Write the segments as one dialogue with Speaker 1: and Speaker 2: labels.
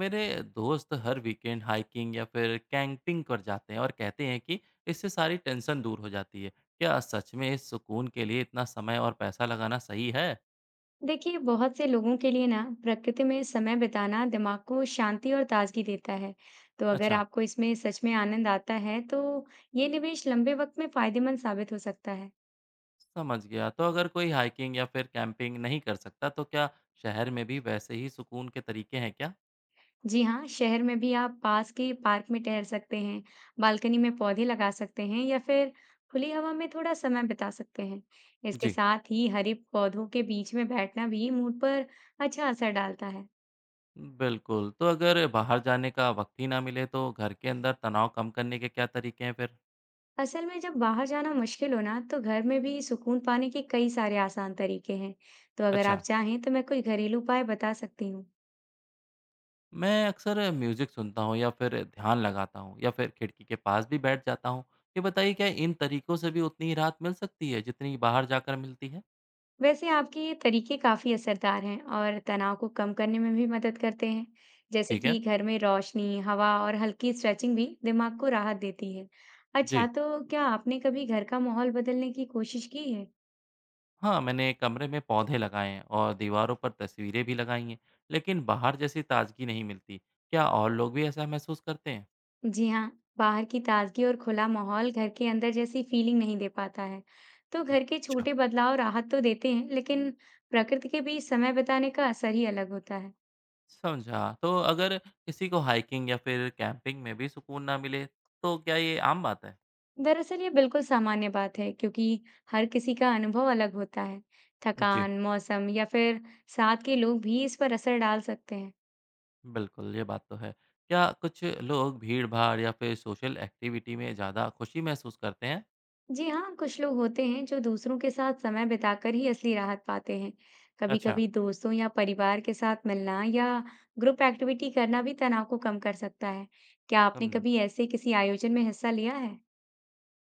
Speaker 1: मेरे दोस्त हर weekend hiking या फिर कैंपिंग कर जाते हैं और कहते हैं कि इससे सारी टेंशन दूर हो जाती है। क्या सच में इस सुकून के लिए इतना समय और पैसा लगाना सही है?
Speaker 2: देखिए, बहुत से लोगों के लिए ना प्रकृति में समय बिताना दिमाग को शांति और ताजगी देता है। तो अगर
Speaker 1: अच्छा,
Speaker 2: आपको इसमें सच में आनंद आता है, तो ये निवेश लंबे वक्त में फायदेमंद साबित हो सकता है।
Speaker 1: समझ गया। तो अगर कोई हाइकिंग या फिर कैंपिंग नहीं कर सकता, तो क्या शहर में भी वैसे ही सुकून के तरीके हैं क्या?
Speaker 2: जी हाँ, शहर में भी आप पास के पार्क में टहल सकते हैं, बालकनी में पौधे लगा सकते हैं या फिर खुली हवा में थोड़ा समय बिता सकते हैं। इसके
Speaker 1: जी,
Speaker 2: साथ ही हरे पौधों के बीच में बैठना भी मूड पर अच्छा असर डालता है।
Speaker 1: बिल्कुल। तो अगर बाहर जाने का वक्त ही ना मिले, तो घर के अंदर तनाव कम करने के क्या तरीके हैं फिर?
Speaker 2: असल में, जब बाहर जाना मुश्किल हो ना, तो घर में भी सुकून पाने के कई सारे आसान तरीके हैं। तो अगर
Speaker 1: अच्छा।
Speaker 2: आप चाहें तो मैं कोई घरेलू उपाय बता सकती हूँ।
Speaker 1: मैं अक्सर म्यूज़िक सुनता हूँ या फिर ध्यान लगाता हूँ या फिर खिड़की के पास भी बैठ जाता हूँ। ये बताइए, क्या इन तरीकों से भी उतनी ही राहत मिल सकती है जितनी बाहर जाकर मिलती है?
Speaker 2: वैसे आपके ये तरीके काफी असरदार हैं और तनाव को कम करने में भी मदद करते हैं। जैसे
Speaker 1: ठीक है।
Speaker 2: कि घर में रोशनी, हवा और हल्की स्ट्रेचिंग भी दिमाग को राहत देती है।
Speaker 1: जी।
Speaker 2: अच्छा, तो क्या आपने कभी घर का माहौल बदलने की कोशिश की है?
Speaker 1: हाँ, मैंने कमरे में पौधे लगाए हैं और दीवारों पर तस्वीरें भी लगाई हैं, लेकिन बाहर जैसी ताज़गी नहीं मिलती। क्या और लोग भी ऐसा महसूस करते हैं?
Speaker 2: जी हाँ, बाहर की ताजगी और खुला माहौल घर के अंदर जैसी फीलिंग नहीं दे पाता है। तो घर के
Speaker 1: अच्छा,
Speaker 2: छोटे बदलाव राहत तो देते हैं, लेकिन प्रकृति के बीच समय बिताने का असर ही अलग होता है।
Speaker 1: समझा। तो अगर किसी को हाइकिंग या फिर कैंपिंग में भी सुकून ना मिले, तो क्या ये आम बात है?
Speaker 2: दरअसल ये बिल्कुल सामान्य बात है, क्योंकि हर किसी का अनुभव अलग होता है।
Speaker 1: जी।
Speaker 2: थकान, मौसम या फिर साथ के लोग भी इस पर असर डाल सकते हैं।
Speaker 1: बिल्कुल, ये बात तो है। क्या कुछ लोग भीड़-भाड़ या फिर सोशल एक्टिविटी में ज़्यादा खुशी महसूस करते हैं?
Speaker 2: जी हाँ, कुछ लोग होते हैं जो दूसरों के साथ समय बिताकर ही असली राहत पाते हैं। कभी
Speaker 1: अच्छा,
Speaker 2: कभी दोस्तों या परिवार के साथ मिलना या ग्रुप एक्टिविटी करना भी तनाव को कम कर सकता है। क्या आपने
Speaker 1: समझा।
Speaker 2: कभी ऐसे किसी आयोजन में हिस्सा लिया है?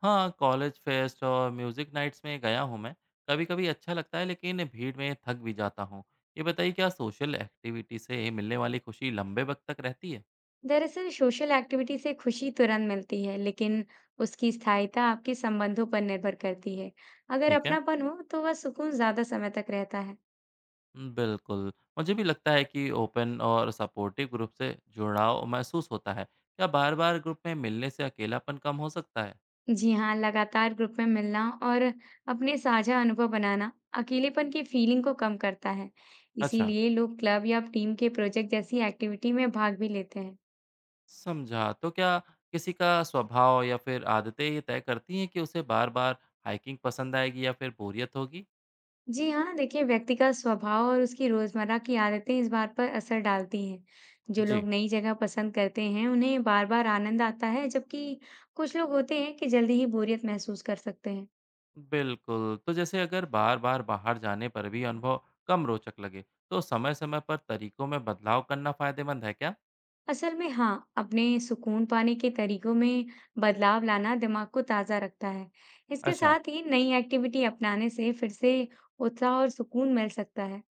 Speaker 1: हाँ, कॉलेज फेस्ट और म्यूज़िक नाइट्स में गया हूँ मैं। कभी-कभी अच्छा लगता है, लेकिन भीड़ में थक भी जाता हूँ। ये बताइए, क्या सोशल एक्टिविटी से मिलने वाली खुशी लंबे वक़्त तक रहती है?
Speaker 2: दरअसल सोशल एक्टिविटी से खुशी तुरंत मिलती है, लेकिन उसकी स्थायिता आपके संबंधों पर निर्भर करती है। अगर
Speaker 1: ठीक है।
Speaker 2: अपनापन हो तो वह सुकून ज्यादा समय तक रहता है।
Speaker 1: बिल्कुल। मुझे भी लगता है कि ओपन और सपोर्टिव ग्रुप से जुड़ाव महसूस होता है। क्या बार-बार ग्रुप में मिलने से अकेलापन कम हो सकता है?
Speaker 2: जी हाँ, लगातार ग्रुप में मिलना और अपने साझा अनुभव बनाना अकेलेपन की फीलिंग को कम करता है।
Speaker 1: अच्छा,
Speaker 2: इसीलिए लोग क्लब या टीम के प्रोजेक्ट जैसी एक्टिविटी में भाग भी लेते हैं।
Speaker 1: समझा। तो क्या किसी का स्वभाव या फिर आदतें ये तय करती हैं कि उसे बार-बार हाइकिंग पसंद आएगी या फिर बोरियत होगी?
Speaker 2: जी हाँ, देखिए, व्यक्ति का स्वभाव और उसकी रोजमर्रा की आदतें इस बात पर असर डालती हैं। जो
Speaker 1: जी,
Speaker 2: लोग नई जगह पसंद करते हैं, उन्हें बार-बार आनंद आता है, जबकि कुछ लोग होते हैं कि जल्दी ही बोरियत महसूस कर सकते हैं।
Speaker 1: बिल्कुल। तो जैसे अगर बार-बार बाहर जाने पर भी अनुभव कम रोचक लगे, तो समय-समय पर तरीकों में बदलाव करना फ़ायदेमंद है क्या?
Speaker 2: असल में हाँ, अपने सुकून पाने के तरीकों में बदलाव लाना दिमाग को ताज़ा रखता है। इसके
Speaker 1: अच्छा।
Speaker 2: साथ ही नई एक्टिविटी अपनाने से फिर से उत्साह और सुकून मिल सकता है।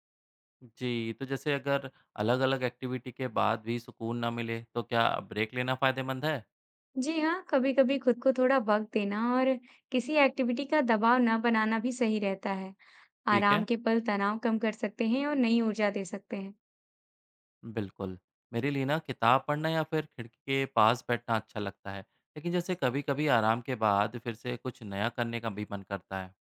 Speaker 1: जी, तो जैसे अगर अलग-अलग एक्टिविटी के बाद भी सुकून ना मिले, तो क्या ब्रेक लेना फ़ायदेमंद है?
Speaker 2: जी हाँ, कभी-कभी खुद को थोड़ा वक्त देना और किसी एक्टिविटी का दबाव ना बनाना भी सही रहता है।
Speaker 1: ठीक है।
Speaker 2: आराम के पल तनाव कम कर सकते हैं और नई ऊर्जा दे सकते हैं।
Speaker 1: बिल्कुल। मेरे लिए ना किताब पढ़ना या फिर खिड़की के पास बैठना अच्छा लगता है, लेकिन जैसे कभी-कभी आराम के बाद फिर से कुछ नया करने का भी मन करता है।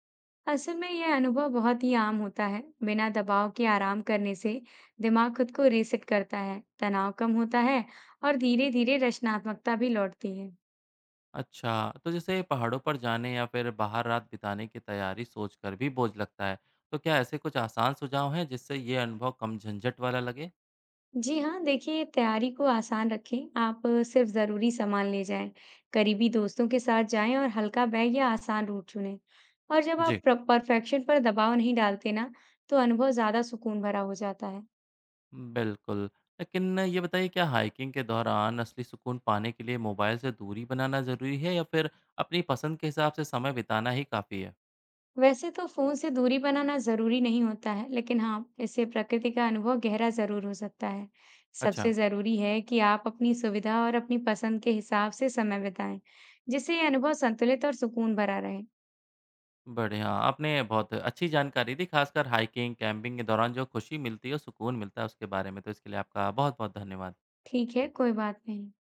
Speaker 2: असल में यह अनुभव बहुत ही आम होता है। बिना दबाव के आराम करने से दिमाग खुद को रीसेट करता है, तनाव कम होता है और धीरे-धीरे रचनात्मकता भी लौटती है।
Speaker 1: अच्छा, तो जैसे पहाड़ों पर जाने या फिर बाहर रात बिताने की तैयारी सोचकर भी बोझ लगता है। तो क्या ऐसे कुछ आसान सुझाव हैं जिससे ये अनुभव कम झंझट वाला लगे?
Speaker 2: जी हाँ, देखिए, तैयारी को आसान रखें। आप सिर्फ ज़रूरी सामान ले जाएं, करीबी दोस्तों के साथ जाएं और हल्का बैग या आसान रूट चुनें। और जब
Speaker 1: जी,
Speaker 2: आप परफेक्शन पर दबाव नहीं डालते ना, तो अनुभव ज़्यादा सुकून भरा हो जाता है।
Speaker 1: बिल्कुल। लेकिन ये बताइए, क्या हाइकिंग के दौरान असली सुकून पाने के लिए मोबाइल से दूरी बनाना ज़रूरी है, या फिर अपनी पसंद के हिसाब से समय बिताना ही काफ़ी है?
Speaker 2: वैसे तो फोन से दूरी बनाना जरूरी नहीं होता है, लेकिन हाँ, इससे प्रकृति का अनुभव गहरा जरूर हो सकता है।
Speaker 1: अच्छा।
Speaker 2: सबसे जरूरी है कि आप अपनी सुविधा और अपनी पसंद के हिसाब से समय बिताएं, जिससे ये अनुभव संतुलित और सुकून भरा रहे।
Speaker 1: बढ़िया, आपने बहुत अच्छी जानकारी दी, खासकर हाइकिंग, कैम्पिंग के दौरान जो खुशी मिलती है, सुकून मिलता है उसके बारे में, तो इसके लिए आपका बहुत-बहुत धन्यवाद।
Speaker 2: ठीक है, कोई बात नहीं।